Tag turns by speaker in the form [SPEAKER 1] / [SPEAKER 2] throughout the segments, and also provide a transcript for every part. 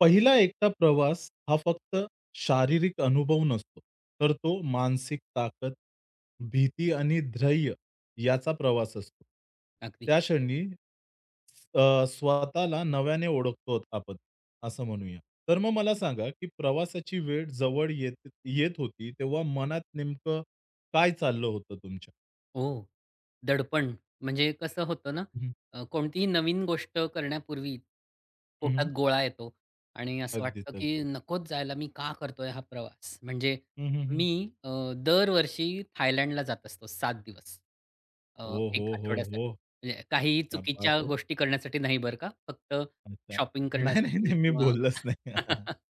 [SPEAKER 1] पहिला एकटा प्रवास हा फक्त शारीरिक अनुभव नसतो, तर तो मानसिक ताकद, भीती आणि धैर्य याचा प्रवास असतो.
[SPEAKER 2] अगदी.
[SPEAKER 1] त्या क्षणी स्वतःला नव्याने ओळखतो आपण, असं म्हणूया. तर मग मला सांगा, की प्रवासाची वेळ जवळ येत येत होती, तेव्हा मनात नेमकं काय चाललं होतं तुमच्या?
[SPEAKER 2] हो. दडपण म्हणजे कसं होतं ना,
[SPEAKER 1] हं,
[SPEAKER 2] कोणतीही नवीन गोष्ट करण्यापूर्वी
[SPEAKER 1] हं,
[SPEAKER 2] पोटात
[SPEAKER 1] हं.
[SPEAKER 2] गोळा येतो आणि असं
[SPEAKER 1] अगदीच,
[SPEAKER 2] वाटतं, की
[SPEAKER 1] अगदीच.
[SPEAKER 2] नकोच जायला मी का करतोय हा प्रवास? म्हणजे
[SPEAKER 1] हं, हं, हं.
[SPEAKER 2] मी अ, दरवर्षी थायलंडला जात असतो 7 दिवस. अ,
[SPEAKER 1] हो, हो,
[SPEAKER 2] 1
[SPEAKER 1] हो,
[SPEAKER 2] आठवड्यासाठी.
[SPEAKER 1] हो.
[SPEAKER 2] म्हणजे काहीही
[SPEAKER 1] क्या बात
[SPEAKER 2] चुकीच्या
[SPEAKER 1] है!
[SPEAKER 2] गोष्टी करण्यासाठी नाही बरं का. फक्त
[SPEAKER 1] अच्छा.
[SPEAKER 2] शॉपिंग
[SPEAKER 1] नाही, नाही,
[SPEAKER 2] करण्यासाठी
[SPEAKER 1] नाही. मी
[SPEAKER 2] किंवा
[SPEAKER 1] बोललोच नाही.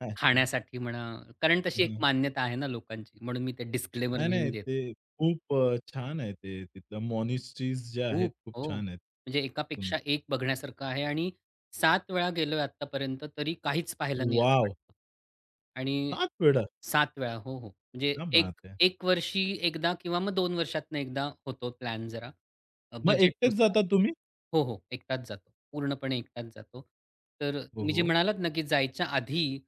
[SPEAKER 1] अच्छा.
[SPEAKER 2] खाण्यासाठी म्हणा. कारण तशी एक
[SPEAKER 1] हं.
[SPEAKER 2] मान्यता आहे ना लोकांची. म्हणून मी ते डिस्क्लेमर
[SPEAKER 1] नाही, नाही.
[SPEAKER 2] नेहमी देतो.
[SPEAKER 1] ते खूप छान आहे ते. तिथलं मॉनेस्ट्रीज ज्या आहेत,
[SPEAKER 2] खूप.
[SPEAKER 1] खूप
[SPEAKER 2] हो.
[SPEAKER 1] छान आहेत.
[SPEAKER 2] म्हणजे
[SPEAKER 1] हं.
[SPEAKER 2] एकापेक्षा एक बघण्यासारखं आहे आणि 7 वेळा गेलोय आत्तापर्यंत तरी काहीच पाहिलं नाही असं
[SPEAKER 1] वॉव!
[SPEAKER 2] वाटतं. आणि
[SPEAKER 1] 7 वेळा.
[SPEAKER 2] 7 वेळा. हो, हो. म्हणजे
[SPEAKER 1] क्या बात
[SPEAKER 2] 1
[SPEAKER 1] है!
[SPEAKER 2] 1 वर्षी एकदा किंवा मग 2 वर्षातनं एकदा होतो प्लॅन जरा
[SPEAKER 1] मग एकटेच
[SPEAKER 2] बजेटनुसार.
[SPEAKER 1] जाता तुम्ही?
[SPEAKER 2] हो, हो. एकटाच जातो. पूर्णपणे एकटाच जातो. तर
[SPEAKER 1] हो,
[SPEAKER 2] तुम्ही जे
[SPEAKER 1] हो.
[SPEAKER 2] म्हणालात ना, की जायच्या आधी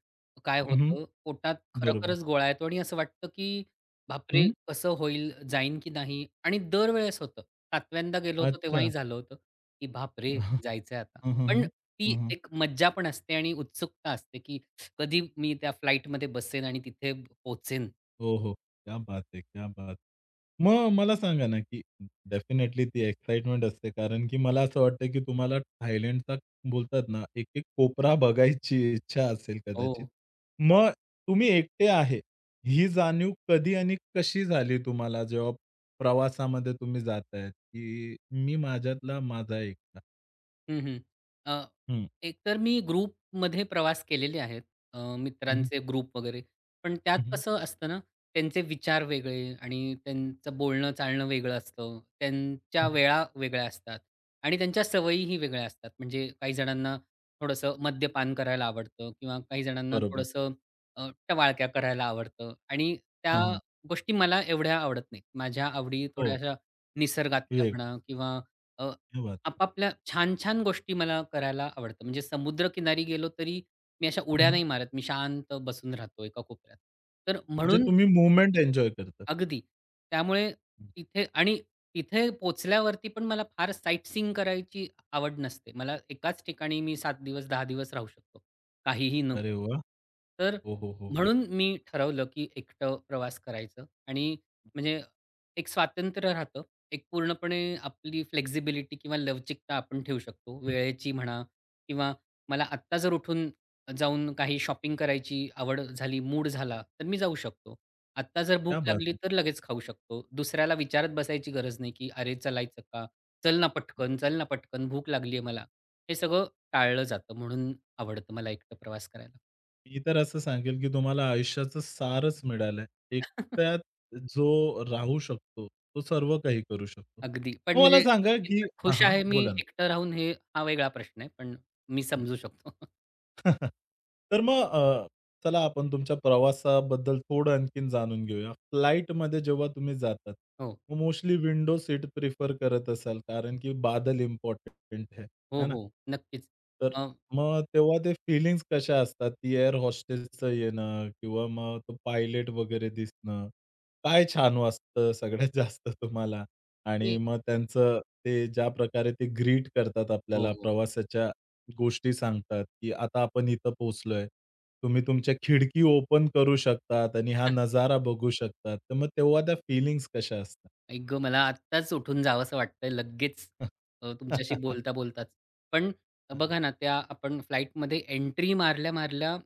[SPEAKER 2] काय
[SPEAKER 1] हं, हं.
[SPEAKER 2] होतं, पोटात
[SPEAKER 1] बरोबर.
[SPEAKER 2] खरोखरच गोळा येतो आणि असं वाटतं, की बापरे!
[SPEAKER 1] हं.
[SPEAKER 2] कसं होईल, जाईन की नाही? आणि दरवेळेस होतं. 7व्यांदा गेलो होतो
[SPEAKER 1] अच्छा.
[SPEAKER 2] तेव्हाही झालं होतं, की बापरे! जायचंय आता.
[SPEAKER 1] हं, हं, हं,
[SPEAKER 2] पण
[SPEAKER 1] हं.
[SPEAKER 2] ती
[SPEAKER 1] हं, हं.
[SPEAKER 2] एक मज्जा पण असते आणि उत्सुकता असते, की कधी मी त्या फ्लाइटमध्ये बसेन आणि तिथे पोहोचेन.
[SPEAKER 1] हो, हो. क्या बात है! क्या बात! मग मला सांगा ना, की डेफिनेटली ती एक्साइटमेंट असते कारण की मला असं वाटतं, की तुम्हाला थायलंडचा बोलतात ना, एक-एक कोपरा बघायची इच्छा असेल कदाचित.
[SPEAKER 2] हो.
[SPEAKER 1] मग तुम्ही एकटे आहे, ही जाणीव कधी आणि कशी झाली तुम्हाला जेव्हा प्रवासामध्ये तुम्ही जाताय, की मी माझ्यातला माझा एकटा?
[SPEAKER 2] हं, हं. अ,
[SPEAKER 1] हं,
[SPEAKER 2] एकतर मी ग्रुपमध्ये प्रवास केलेले आहेत,
[SPEAKER 1] हं,
[SPEAKER 2] मित्रांचे ग्रुप वगैरे. पण त्यात
[SPEAKER 1] हं, हं,
[SPEAKER 2] कसं असतं ना, त्यांचे विचार वेगळे आणि त्यांचं बोलणं चालणं वेगळं असतं. त्यांच्या
[SPEAKER 1] हं.
[SPEAKER 2] वेळा वेगळ्या असतात आणि त्यांच्या सवयीही वेगळ्या असतात. म्हणजे काही जणांना थोडंसं मद्यपान करायला आवडतं किंवा काही जणांना
[SPEAKER 1] बरोबर.
[SPEAKER 2] थोडंसं टवाळक्या करायला आवडतं आणि त्या
[SPEAKER 1] हां,
[SPEAKER 2] हो.
[SPEAKER 1] हां.
[SPEAKER 2] गोष्टी मला एवढ्या आवडत नाहीत. माझ्या आवडी
[SPEAKER 1] हो.
[SPEAKER 2] थोड्याशा निसर्गातल्या
[SPEAKER 1] वेग
[SPEAKER 2] म्हणा किंवा
[SPEAKER 1] क्या बात है!
[SPEAKER 2] आपापल्या छान-छान गोष्टी मला करायला आवडतं. म्हणजे समुद्रकिनारी गेलो तरी मी अशा
[SPEAKER 1] हं,
[SPEAKER 2] उड्या
[SPEAKER 1] हं.
[SPEAKER 2] नाही मारत. मी शांत बसून राहतो एका कोपऱ्यात. तर हं.
[SPEAKER 1] म्हणजे
[SPEAKER 2] म्हणून
[SPEAKER 1] तुम्ही मूव्हमेंट एन्जॉय करता.
[SPEAKER 2] अगदी. त्यामुळे तिथे आणि तिथे पोहोचल्यावरती पण मला फार साईटसीइंग करायची आवड नसते. मला एकाच ठिकाणी मी 7 दिवस, 10 दिवस राहू शकतो, काहीही न
[SPEAKER 1] अरे
[SPEAKER 2] करता.
[SPEAKER 1] वाह!
[SPEAKER 2] तर
[SPEAKER 1] हो, हो, हो. हं.
[SPEAKER 2] म्हणून मी ठरवलं, की एकटं प्रवास करायचं आणि म्हणजे एक स्वातंत्र्य राहतं. एक पूर्णपणे आपली फ्लेक्सिबिलिटी किंवा लवचिकता आपण ठेवू शकतो.
[SPEAKER 1] हं,
[SPEAKER 2] वेळेची म्हणा किंवा मला आत्ता जर उठून जाऊन काही शॉपिंग करायची आवड झाली, मूड झाला, तर मी जाऊ शकतो. आत्ता जर भूक
[SPEAKER 1] क्या बात
[SPEAKER 2] लागली
[SPEAKER 1] है!
[SPEAKER 2] तर लगेच खाऊ शकतो. दुसऱ्याला विचारत बसायची गरज नाही, की "अरे चलायचं का? चल ना पटकन, चल ना पटकन, भूक लागली आहे मला." हे सगळं टाळलं जातं. म्हणून आवडतं मला एकटं प्रवास करायला.
[SPEAKER 1] मी तर असं सांगेल, की तुम्हाला आयुष्याचं सारच मिळालंय. एकट्यात जो राहू शकतो, तो सर्व काही करू शकतो.
[SPEAKER 2] अगदी. पण
[SPEAKER 1] मग मला
[SPEAKER 2] म्हणजे
[SPEAKER 1] सांगा, की
[SPEAKER 2] कितपत
[SPEAKER 1] हां,
[SPEAKER 2] खुश
[SPEAKER 1] हां.
[SPEAKER 2] आहे मी
[SPEAKER 1] बोला ना.
[SPEAKER 2] एकटं राहून हे हा वेगळा प्रश्न आहे. पण मी समजू शकतो.
[SPEAKER 1] तर मग चला आपण तुमच्या प्रवासाबद्दल थोडं आणखीन जाणून घेऊया. फ्लाइटमध्ये जेव्हा तुम्ही जातात,
[SPEAKER 2] हो.
[SPEAKER 1] मग मोस्टली विंडो सीट प्रिफर करत असाल, कारण की बादल इम्पोर्टंट है,
[SPEAKER 2] हो,
[SPEAKER 1] है ना?
[SPEAKER 2] हो. नक्कीच.
[SPEAKER 1] तर
[SPEAKER 2] अ,
[SPEAKER 1] मग तेव्हा ते फीलिंग्ज कशा असतात? ती एअर होस्टेसचं येणं किंवा मग तो पायलट वगैरे दिसणं. काय छान वाटतं सगळ्यात जास्त तुम्हाला? आणि
[SPEAKER 2] मी
[SPEAKER 1] मग त्यांचं ते ज्या प्रकारे ते ग्रीट करतात
[SPEAKER 2] हो,
[SPEAKER 1] आपल्याला
[SPEAKER 2] हो.
[SPEAKER 1] प्रवासाच्या गोष्टी सांगतात, की आता आपण इथं पोहोचलोय. तुम्ही तुमच्या खिडकी ओपन करू शकतात आणि हा नजारा बघू शकतात. तर मग तेव्हा त्या फीलिंग्स कशा असतात?
[SPEAKER 2] आई गं! मला आत्ताच उठून जावसं वाटतंय लगेच तुमच्याशी बोलता बोलताच. पण बघा ना, त्या आपण फ्लाइटमध्ये एंट्री मारल्या-मारल्या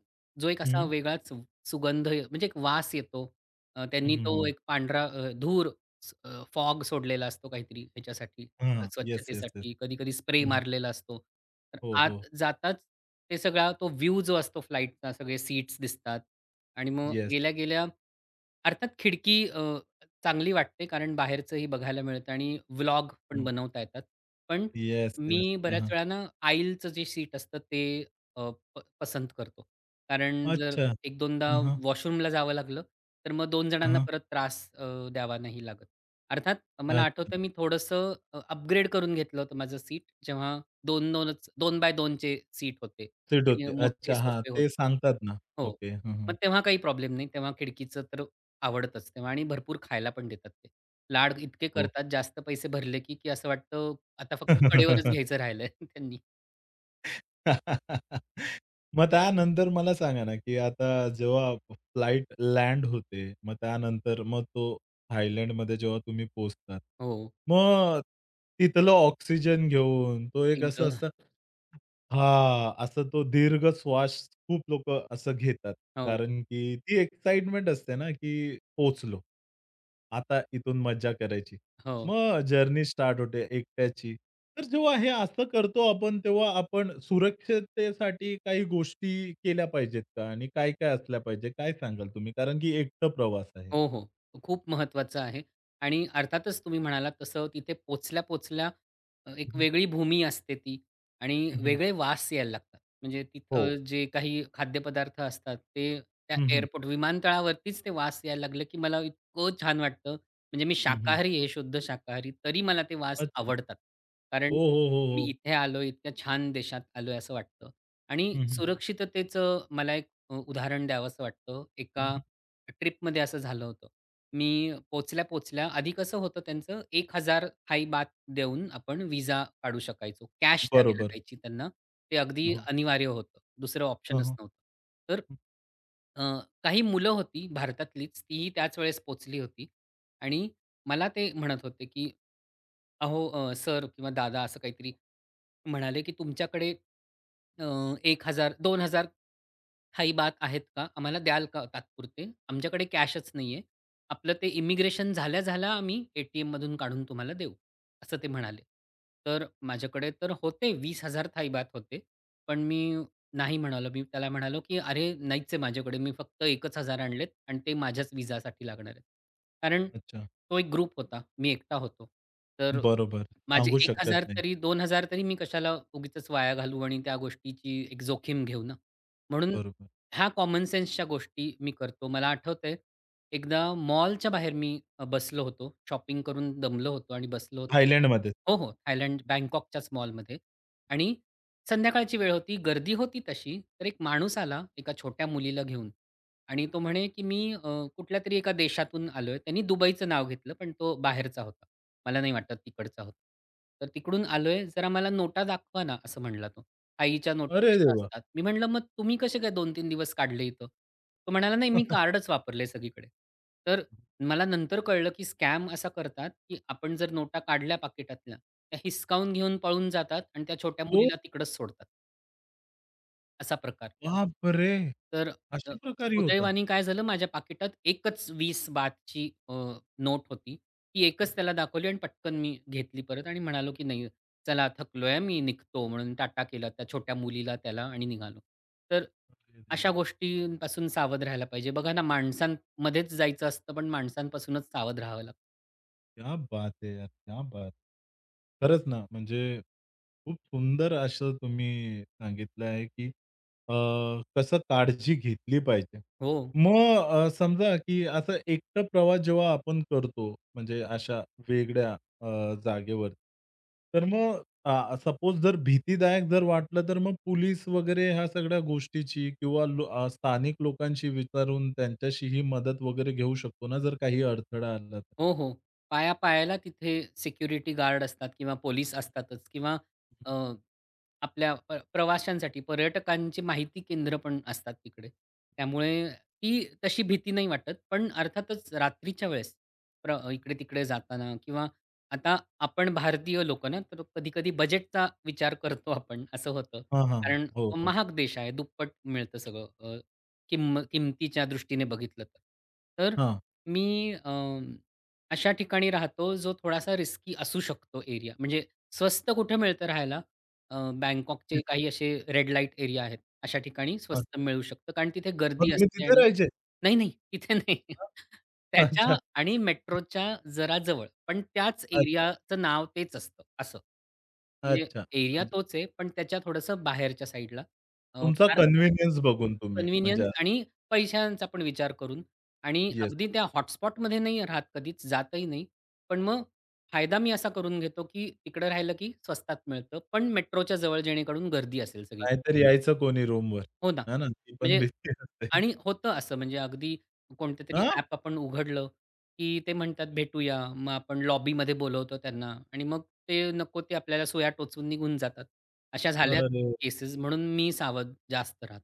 [SPEAKER 2] जो एक असा
[SPEAKER 1] हं,
[SPEAKER 2] वेगळाच म्हणजे एक वास येतो.
[SPEAKER 1] हं,
[SPEAKER 2] त्यांनी
[SPEAKER 1] हं,
[SPEAKER 2] तो
[SPEAKER 1] हं.
[SPEAKER 2] एक पांढरा धूर, फॉग सोडलेला असतो काहीतरी ह्याच्यासाठी,
[SPEAKER 1] हां, हां. Yes, yes, yes.
[SPEAKER 2] स्वच्छतेसाठी. कधी-कधी स्प्रे
[SPEAKER 1] हं.
[SPEAKER 2] मारलेला असतो. तर
[SPEAKER 1] हो, हो.
[SPEAKER 2] आत जाताच ते सगळा तो व्ह्यू जो असतो फ्लाइटचा सगळे सीट्स दिसतात आणि मग
[SPEAKER 1] येस.
[SPEAKER 2] गेल्या-गेल्या अर्थात खिडकी चांगली वाटते, कारण बाहेरचंही बघायला मिळतं आणि व्लॉग पण
[SPEAKER 1] हं.
[SPEAKER 2] बनवता येतात. पण
[SPEAKER 1] येस, येस.
[SPEAKER 2] मी
[SPEAKER 1] हं,
[SPEAKER 2] बऱ्याच
[SPEAKER 1] हं.
[SPEAKER 2] वेळा ना आईलचं जे सीट असतं ते अ, प पसंत करतो. कारण जर
[SPEAKER 1] अच्छा. हं, हं.
[SPEAKER 2] 1-2दा वॉशरूमला जावं लागलं, तर मग दोन जणांना परत त्रास द्यावा नाही लागत. अर्थात मला
[SPEAKER 1] अच्छा.
[SPEAKER 2] आठवतं मी थोडंसं अपग्रेड करून घेतलं होतं माझं सीट, जेव्हा 2-2च 2 बाय 2 सीट होते
[SPEAKER 1] सीट
[SPEAKER 2] आणि
[SPEAKER 1] होते.
[SPEAKER 2] मोठे
[SPEAKER 1] अच्छा. हां,
[SPEAKER 2] सोफे
[SPEAKER 1] ते
[SPEAKER 2] होते.
[SPEAKER 1] सांगतात ना.
[SPEAKER 2] हो.
[SPEAKER 1] ओके. हं, हं.
[SPEAKER 2] मग तेव्हा काही प्रॉब्लेम नाही. तेव्हा खिडकीचं तर आवडतच तेव्हा आणि भरपूर खायला पण देतात ते. लाड इतके
[SPEAKER 1] हो.
[SPEAKER 2] करतात जास्त पैसे भरले, की की असं वाटतं आता फक्त कडेवरच घ्यायचं राहिलंय त्यांनी.
[SPEAKER 1] मग त्यानंतर मला सांगा ना, की आता जेव्हा फ्लाइट लँड होते, मग त्यानंतर मग तो थायलंडमध्ये जेव्हा तुम्ही पोहोचतात,
[SPEAKER 2] हो.
[SPEAKER 1] मग तिथलं ऑक्सिजन घेऊन तो एक असं
[SPEAKER 2] एकदा
[SPEAKER 1] असतं हां, असं तो दीर्घ श्वास खूप लोकं असं घेतात.
[SPEAKER 2] हो,
[SPEAKER 1] कारण की ती एक्साइटमेंट असते ना, की पोहोचलो. आता इथून मज्जा करायची.
[SPEAKER 2] हो.
[SPEAKER 1] मग जर्नी स्टार्ट होते एकट्याची. तर जेव्हा हे असं करतो आपण, तेव्हा आपण सुरक्षिततेसाठी काही गोष्टी केल्या पाहिजेत का? आणि काय-काय असल्या पाहिजे? काय सांगाल तुम्ही? कारण की एकटं प्रवास आहे.
[SPEAKER 2] हो, हो. खूप महत्वाचं आहे आणि अर्थातच तुम्ही म्हणालात तसं तिथे पोहोचल्या-पोहोचल्या
[SPEAKER 1] हं,
[SPEAKER 2] एक
[SPEAKER 1] हं.
[SPEAKER 2] वेगळी भूमी असते ती आणि वेगळे वास यायला लागतात. म्हणजे
[SPEAKER 1] हो.
[SPEAKER 2] तिथं जे काही खाद्यपदार्थ असतात ते त्या
[SPEAKER 1] हं, हं.
[SPEAKER 2] एअरपोर्ट विमानतळावरतीच ते वास यायला लागलं, की मला इतकं छान वाटतं. म्हणजे मी
[SPEAKER 1] हं, हं.
[SPEAKER 2] शाकाहारी आहे, शुद्ध शाकाहारी, तरी मला ते वास
[SPEAKER 1] अच्छा.
[SPEAKER 2] आवडतात.
[SPEAKER 1] हो,
[SPEAKER 2] कारण
[SPEAKER 1] हो, हो,
[SPEAKER 2] मी
[SPEAKER 1] हो.
[SPEAKER 2] इथे आलोय, इतक्या छान देशात आलोय असं वाटतं. आणि
[SPEAKER 1] हं, हं, हं.
[SPEAKER 2] सुरक्षिततेचं मला एक उदाहरण द्यावंसं वाटतं. एका
[SPEAKER 1] हं,
[SPEAKER 2] ट्रिपमध्ये असं झालं होतं. मी पोहोचल्या-पोहोचल्या आधी कसं होतं त्यांचं 1000 हाय देऊन आपण व्हिसा काढू शकायचो. कॅश द्यावी
[SPEAKER 1] बरोबर.
[SPEAKER 2] लागायची त्यांना. ते अगदी
[SPEAKER 1] हं.
[SPEAKER 2] अनिवार्य होतं. दुसरं
[SPEAKER 1] हं,
[SPEAKER 2] ऑप्शनच
[SPEAKER 1] हं.
[SPEAKER 2] नव्हतं. तर
[SPEAKER 1] हं.
[SPEAKER 2] अ, काही मुलं होती भारतातलीच, तीही त्याच वेळेस पोहोचली होती आणि मला ते म्हणत होते, की अहो, सर किंवा दादा असं काहीतरी म्हणाले, की "तुमच्याकडे अ, 1000 थाई बात आहेत का? आम्हाला द्याल का तात्पुरते? आमच्याकडे कॅशच नाहीये. आपलं ते इमिग्रेशन झाल्या-झाल्या आम्ही एटीएममधून काढून तुम्हाला देऊ." असं ते म्हणाले. तर माझ्याकडे तर होते 20,000 थाईबात होते. पण मी नाही म्हणालो. मी त्याला म्हणालो, की "अरे, नाहीच आहे माझ्याकडे. मी फक्त 1,000 आणलेत आणि ते माझ्याच विजासाठी लागणार आहेत." कारण
[SPEAKER 1] अच्छा.
[SPEAKER 2] तो एक ग्रुप होता. मी एकटा होतो. तर
[SPEAKER 1] बरोबर.
[SPEAKER 2] माझे
[SPEAKER 1] सांगू
[SPEAKER 2] एक
[SPEAKER 1] शकत
[SPEAKER 2] हजार
[SPEAKER 1] नाही.
[SPEAKER 2] तरी 2,000 तरी मी कशाला उगीचच वाया घालू आणि त्या गोष्टीची एक जोखीम घेऊ ना. म्हणून
[SPEAKER 1] बरोबर.
[SPEAKER 2] ह्या कॉमन सेन्सच्या गोष्टी मी करतो. मला आठवतंय एकदा मॉलच्या बाहेर मी बसलो होतो. शॉपिंग करून दमलो होतो आणि बसलो होतो.
[SPEAKER 1] थायलंडमध्ये.
[SPEAKER 2] हो, हो. थायलंड बँकॉकच्याच मॉलमध्ये आणि संध्याकाळची वेळ होती. गर्दी होती तशी. तर एक माणूस आला एका छोट्या मुलीला घेऊन आणि तो म्हणे, की "मी कुठल्यातरी एका देशातून आलोय." त्यांनी दुबईचं नाव घेतलं, पण तो बाहेरचा होता. मला नाही वाटत तिकडचा होता. तर तिकडून आलोय, "जरा मला नोटा दाखवा ना," असं म्हणला तो. "आईच्या नोटा
[SPEAKER 1] अरे
[SPEAKER 2] अशा
[SPEAKER 1] देवा!
[SPEAKER 2] असतात." मी म्हटलं, "मग तुम्ही कसे काय 2-3 दिवस काढले इथं?" तो म्हणाला, "नाही, मी कार्डच वापरले सगळीकडे." तर मला नंतर कळलं, की स्कॅम असा करतात, की आपण जर नोटा काढल्या पाकिटातल्या, त्या हिसकावून घेऊन पळून जातात आणि त्या छोट्या
[SPEAKER 1] ओ
[SPEAKER 2] मुलीला तिकडंच सोडतात. असा प्रकार.
[SPEAKER 1] बापरे!
[SPEAKER 2] तर अ,
[SPEAKER 1] असे प्रकारही होतात.
[SPEAKER 2] सुदैवाने काय झालं माझ्या पाकिटात एकच वीस बातची नोट होती. ती एकच त्याला दाखवली आणि पटकन मी घेतली परत आणि म्हणालो, की "नाही चला थकलोय मी निघतो." म्हणून टाटा केला त्या छोट्या मुलीला त्याला आणि निघालो. तर
[SPEAKER 1] अरे
[SPEAKER 2] अशा
[SPEAKER 1] देवा!
[SPEAKER 2] गोष्टींपासून सावध राहायला पाहिजे. बघा ना माणसांमध्येच जायचं असतं पण माणसांपासूनच सावध राहावं लागतं.
[SPEAKER 1] क्या बात है यार! क्या बात! खरंच ना, म्हणजे खूप सुंदर असं तुम्ही सांगितलं आहे, की अ, कसं काळजी घेतली पाहिजे.
[SPEAKER 2] हो.
[SPEAKER 1] मग समजा, की असं एकटं प्रवास जेव्हा आपण करतो, म्हणजे अशा वेगळ्या जागेवर, तर मग सपोज जर भीतीदायक जर वाटलं, तर मग पोलीस वगैरे ह्या सगळ्या गोष्टीची किंवा स्थानिक लोकांशी विचारून त्यांच्याशीही मदत वगैरे घेऊ शकतो ना, जर काही अडथळा आला तर?
[SPEAKER 2] हो, हो. पाया पायाला तिथे सिक्युरिटी गार्ड असतात किंवा पोलीस असतातच किंवा आपल्या प्रवाशांसाठी, पर्यटकांची माहिती केंद्र पण असतात तिकडे. त्यामुळे ती तशी भीती नाही वाटत. पण अर्थातच रात्रीच्या वेळेस इकडे-तिकडे जाताना किंवा आता आपण भारतीय लोकं ना, तर कधी-कधी बजेटचा विचार करतो आपण, असं होतं.
[SPEAKER 1] हां, हां,
[SPEAKER 2] कारण
[SPEAKER 1] हो, हो.
[SPEAKER 2] महाग देश आहे, दुप्पट मिळतं सगळं अ, किंम किमतीच्या दृष्टीने बघितलं तर. तर
[SPEAKER 1] हां.
[SPEAKER 2] मी अशा ठिकाणी राहतो, जो थोडासा रिस्की असू शकतो एरिया. म्हणजे स्वस्त कुठे मिळतं राहायला, बँकॉकचे
[SPEAKER 1] तिथे
[SPEAKER 2] काही असे रेड लाईट एरिया आहेत. अशा ठिकाणी
[SPEAKER 1] हां.
[SPEAKER 2] स्वस्त मिळू शकतं. कारण तिथे
[SPEAKER 1] मग
[SPEAKER 2] गर्दी
[SPEAKER 1] तुम्ही
[SPEAKER 2] असते
[SPEAKER 1] तिथे
[SPEAKER 2] आणि
[SPEAKER 1] राहायचे?
[SPEAKER 2] नाही, नाही तिथे नाही.
[SPEAKER 1] हां.
[SPEAKER 2] त्याच्या
[SPEAKER 1] अच्छा,
[SPEAKER 2] आणि मेट्रोच्या जरा जवळ. पण त्याच
[SPEAKER 1] अच्छा,
[SPEAKER 2] एरियाचं नाव तेच असतं असं. म्हणजे
[SPEAKER 1] अच्छा.
[SPEAKER 2] एरिया
[SPEAKER 1] म्हणजे
[SPEAKER 2] तोच आहे, पण त्याच्या थोडंसं बाहेरच्या साईडला.
[SPEAKER 1] तुमचा
[SPEAKER 2] फार
[SPEAKER 1] कन्व्हिनियन्स बघून तुम्ही
[SPEAKER 2] कन्व्हिनियन्स
[SPEAKER 1] म्हणजे
[SPEAKER 2] आणि पैशांचा पण विचार करून आणि
[SPEAKER 1] येस.
[SPEAKER 2] अगदी त्या हॉटस्पॉटमध्ये नाही राहत कधीच, जातही नाही. पण मग फायदा मी असा करून घेतो, की तिकडे राहिलं की स्वस्तात मिळतं, पण मेट्रोच्या जवळ जेणेकरून गर्दी असेल सगळी.
[SPEAKER 1] नाहीतर यायचं कोणी रूमवर.
[SPEAKER 2] हो ना.
[SPEAKER 1] आहे ना? ती पण
[SPEAKER 2] म्हणजे
[SPEAKER 1] भीती असते.
[SPEAKER 2] आणि होतं असं म्हणजे अगदी कोणतेतरी
[SPEAKER 1] हां?
[SPEAKER 2] ॲप आपण उघडलं, की ते म्हणतात भेटूया. मग आपण लॉबीमध्ये बोलवतो त्यांना आणि मग ते नको ते आपल्याला सुया टोचून निघून जातात. अशा झाल्यात
[SPEAKER 1] अरे!
[SPEAKER 2] केसेस म्हणून मी सावध जास्त राहतो.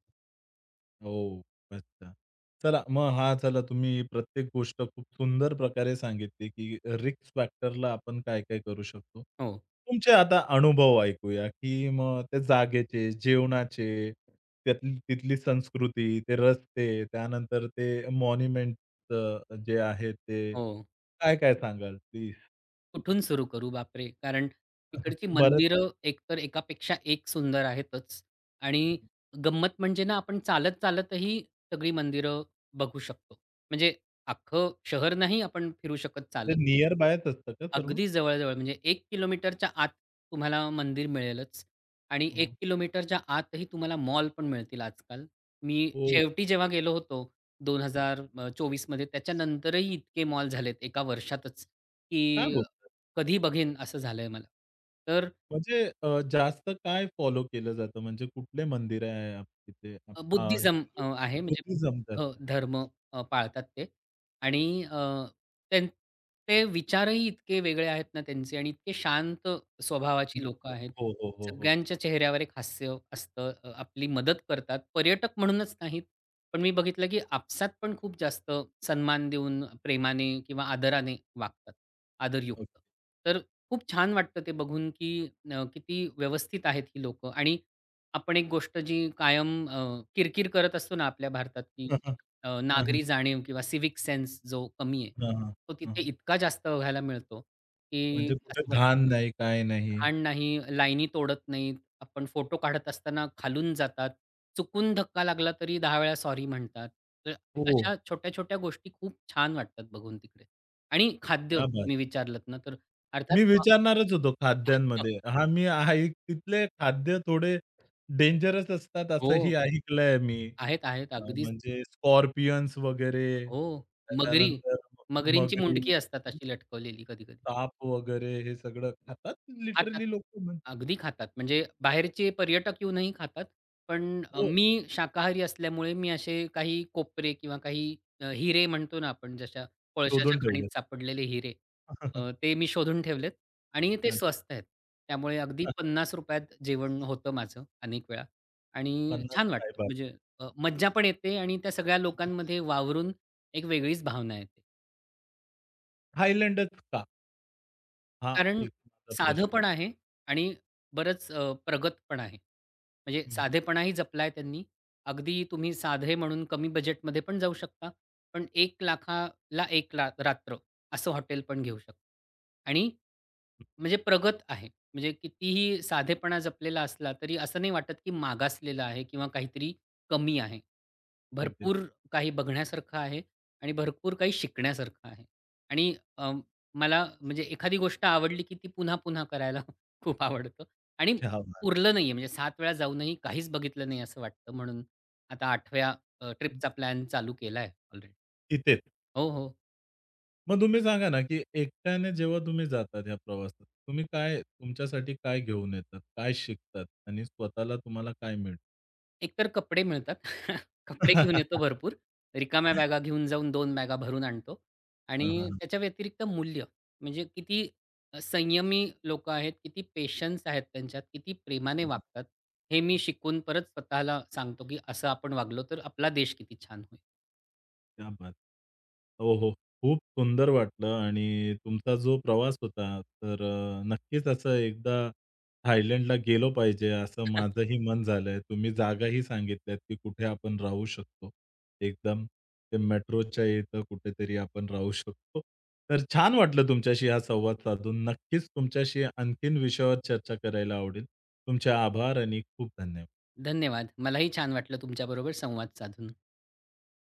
[SPEAKER 1] हो. अच्छा. चला मग हा चला तुम्ही प्रत्येक गोष्ट खूप सुंदर प्रकारे सांगितली, की रिक्स फॅक्टरला आपण काय-काय करू शकतो.
[SPEAKER 2] हो,
[SPEAKER 1] तुमचे आता अनुभव ऐकूया, की मग त्या जागेचे, जेवणाचे, त्यातली तिथली संस्कृती, ते रस्ते, त्यानंतर ते मॉन्युमेंटचं जे आहे ते,
[SPEAKER 2] हो.
[SPEAKER 1] काय-काय सांगाल प्लीज?
[SPEAKER 2] कुठून सुरू करू बापरे! कारण तिकडची
[SPEAKER 1] बरंच आहे.
[SPEAKER 2] मंदिरं एकतर एकापेक्षा एक सुंदर आहेतच आणि गंमत म्हणजे ना आपण चालत चालतही सगळी मंदिरं बघू शकतो. म्हणजे अख्खं शहर नाही आपण फिरू शकत
[SPEAKER 1] म्हणजे
[SPEAKER 2] चालत,
[SPEAKER 1] नियर बायच असतं का सर्व?
[SPEAKER 2] अगदी जवळ-जवळ म्हणजे 1 किलोमीटरच्या आत तुम्हाला मंदिर मिळेलच आणि
[SPEAKER 1] हं,
[SPEAKER 2] 1 किलोमीटरच्या आतही तुम्हाला मॉल पण मिळतील आजकाल. मी
[SPEAKER 1] हो.
[SPEAKER 2] शेवटी जेव्हा गेलो होतो 2024 मध्ये त्याच्यानंतरही इतके मॉल झालेत एका वर्षातच,
[SPEAKER 1] काय
[SPEAKER 2] की
[SPEAKER 1] बोलता?
[SPEAKER 2] कधी बघेन असं झालंय मला. तर
[SPEAKER 1] म्हणजे जास्त काय फॉलो केलं जातं? म्हणजे कुठले मंदिर आहे आप तिथे?
[SPEAKER 2] बुद्धिझम
[SPEAKER 1] हिंदू
[SPEAKER 2] आहे म्हणजे
[SPEAKER 1] बुद्धिझम
[SPEAKER 2] हो,
[SPEAKER 1] जास्त.
[SPEAKER 2] धर्म पाळतात ते आणि अ, त्यां ते विचारही इतके वेगळे आहेत ना त्यांचे आणि इतके शांत स्वभावाची लोकं
[SPEAKER 1] लोकं.
[SPEAKER 2] आहेत.
[SPEAKER 1] हो, हो, हो, हो.
[SPEAKER 2] सगळ्यांच्या चेहऱ्यावर एक हास्य असतं. आपली मदत करतात. पर्यटक म्हणूनच नाहीत, पण मी बघितलं की आपसात पण खूप जास्त सन्मान देऊन प्रेमाने किंवा आदराने वागतात,
[SPEAKER 1] ओके.
[SPEAKER 2] आदरयुक्त. तर खूप छान वाटतं ते बघून की किती व्यवस्थित आहेत ही लोकं आणि आपण एक गोष्ट जी कायम किरकिर करत असतो ना आपल्या भारतात, की
[SPEAKER 1] हं, हं. हां, हां.
[SPEAKER 2] नागरी जाणीव किंवा सिव्हिक सेन्स जो कमी आहे, तो तिथे इतका जास्त बघायला मिळतो, की
[SPEAKER 1] म्हणजे कुठे
[SPEAKER 2] असं वाटतं
[SPEAKER 1] घाण नाही, काय नाही.
[SPEAKER 2] घाण नाही, लाईनी तोडत नाहीत. आपण फोटो काढत असताना खालून जातात. चुकून धक्का लागला तरी 10 वेळा सॉरी म्हणतात. तर
[SPEAKER 1] हो,
[SPEAKER 2] अशा छोट्या-छोट्या गोष्टी खूप छान वाटतात बघून तिकडे. आणि खाद्य
[SPEAKER 1] क्या बात!
[SPEAKER 2] तुम्ही विचारलत ना, तर अर्थात
[SPEAKER 1] मी
[SPEAKER 2] मग
[SPEAKER 1] विचारणारच होतो खाद्यांमध्ये. हां, मी ऐक तिथले खाद्य थोडे डेंजरस असतात
[SPEAKER 2] हो,
[SPEAKER 1] असंही ऐकलंय मी.
[SPEAKER 2] आहेत, आहेत. अगदीच.
[SPEAKER 1] म्हणजे स्कॉर्पियन्स वगैरे,
[SPEAKER 2] हो. मगरी,
[SPEAKER 1] त्याच्यानंतर
[SPEAKER 2] मगरींची
[SPEAKER 1] मगरी
[SPEAKER 2] मुंडकी असतात अशी लटकवलेली कधी-कधी.
[SPEAKER 1] साप वगैरे हे सगळं खातात
[SPEAKER 2] खातात.
[SPEAKER 1] लिटरली लोकं म्हण
[SPEAKER 2] अगदी खातात. म्हणजे बाहेरचे पर्यटक येऊनही खातात. पण
[SPEAKER 1] हो,
[SPEAKER 2] मी शाकाहारी असल्यामुळे मी असे काही कोपरे किंवा काही हिरे म्हणतो ना आपण जशा कोळशाच्या
[SPEAKER 1] शोधून
[SPEAKER 2] खाणीत
[SPEAKER 1] ठेवले.
[SPEAKER 2] सापडलेले हिरे, ते मी शोधून ठेवलेत आणि ते
[SPEAKER 1] अच्छा.
[SPEAKER 2] स्वस्त आहेत. त्यामुळे अगदी ₹50 त जेवण होतं माझं अनेक वेळा आणि
[SPEAKER 1] 50
[SPEAKER 2] छान वाटतं.
[SPEAKER 1] साहेबात.
[SPEAKER 2] म्हणजे मज्जा पण येते आणि त्या सगळ्या लोकांमध्ये वावरून एक वेगळीच भावना येते.
[SPEAKER 1] थायलंडच का? हा
[SPEAKER 2] कारण
[SPEAKER 1] एक माझा
[SPEAKER 2] साधं
[SPEAKER 1] प्रश्न आहे.
[SPEAKER 2] पण आहे आणि बरंच प्रगत पण आहे. म्हणजे
[SPEAKER 1] हं,
[SPEAKER 2] साधेपणाही जपलाय त्यांनी. अगदी तुम्ही साधे म्हणून कमी बजेटमध्ये पण जाऊ शकता. पण 1,00,000 ला 1 रात्र असं हॉटेल पण घेऊ शकता. आणि म्हणजे प्रगत आहे. म्हणजे कितीही साधेपणा जपलेला असला तरी असं नाही वाटत की मागासलेला आहे किंवा काहीतरी कमी आहे.
[SPEAKER 1] अगदीच.
[SPEAKER 2] भरपूर काही बघण्यासारखं आहे आणि भरपूर काही शिकण्यासारखं आहे. आणि मला म्हणजे एखादी गोष्ट आवडली, की ती पुन्हा-पुन्हा करायला खूप आवडतं आणि
[SPEAKER 1] क्या बात
[SPEAKER 2] उरलं नाहीये म्हणजे 7 वेळा जाऊनही काहीच बघितलं नाही असं वाटतं म्हणून आता 8व्या
[SPEAKER 1] है!
[SPEAKER 2] ट्रिपचा प्लॅन चालू केलाय ऑलरेडी.
[SPEAKER 1] तिथेच.
[SPEAKER 2] हो, हो.
[SPEAKER 1] मग तुम्ही सांगा ना, की एकट्याने जेव्हा तुम्ही जातात ह्या प्रवासात, तुम्ही काय तुमच्यासाठी काय घेऊन येतात? काय शिकतात? आणि स्वतःला तुम्हाला काय मिळतं?
[SPEAKER 2] एकतर कपडे मिळतात. कपडे घेऊन येतो भरपूर. रिकाम्या बॅगा घेऊन जाऊन दोन बॅगा भरून आणतो आणि
[SPEAKER 1] हां,
[SPEAKER 2] त्याच्या व्यतिरिक्त मूल्य म्हणजे किती संयमी लोकं आहेत, किती पेशन्स आहेत त्यांच्यात, किती प्रेमाने वागतात. हे मी शिकून परत स्वतःला सांगतो, की असं आपण वागलो तर आपला देश किती छान होईल.
[SPEAKER 1] क्या बात! हो, हो. खूप सुंदर वाटलं आणि तुमचा जो प्रवास होता, तर नक्कीच असं एकदा थायलंडला गेलो पाहिजे, असं माझंही मन झालंय. तुम्ही जागाही सांगितल्यात, की कुठे आपण राहू शकतो. एकदम ते मेट्रोच्या इथं कुठेतरी आपण राहू शकतो. तर छान वाटलं तुमच्याशी हा संवाद साधून. नक्कीच तुमच्याशी आणखीन विषयावर चर्चा करायला आवडेल. तुमचे आभार आणि खूप धन्यवाद.
[SPEAKER 2] धन्यवाद. मलाही छान वाटलं तुमच्याबरोबर संवाद साधून.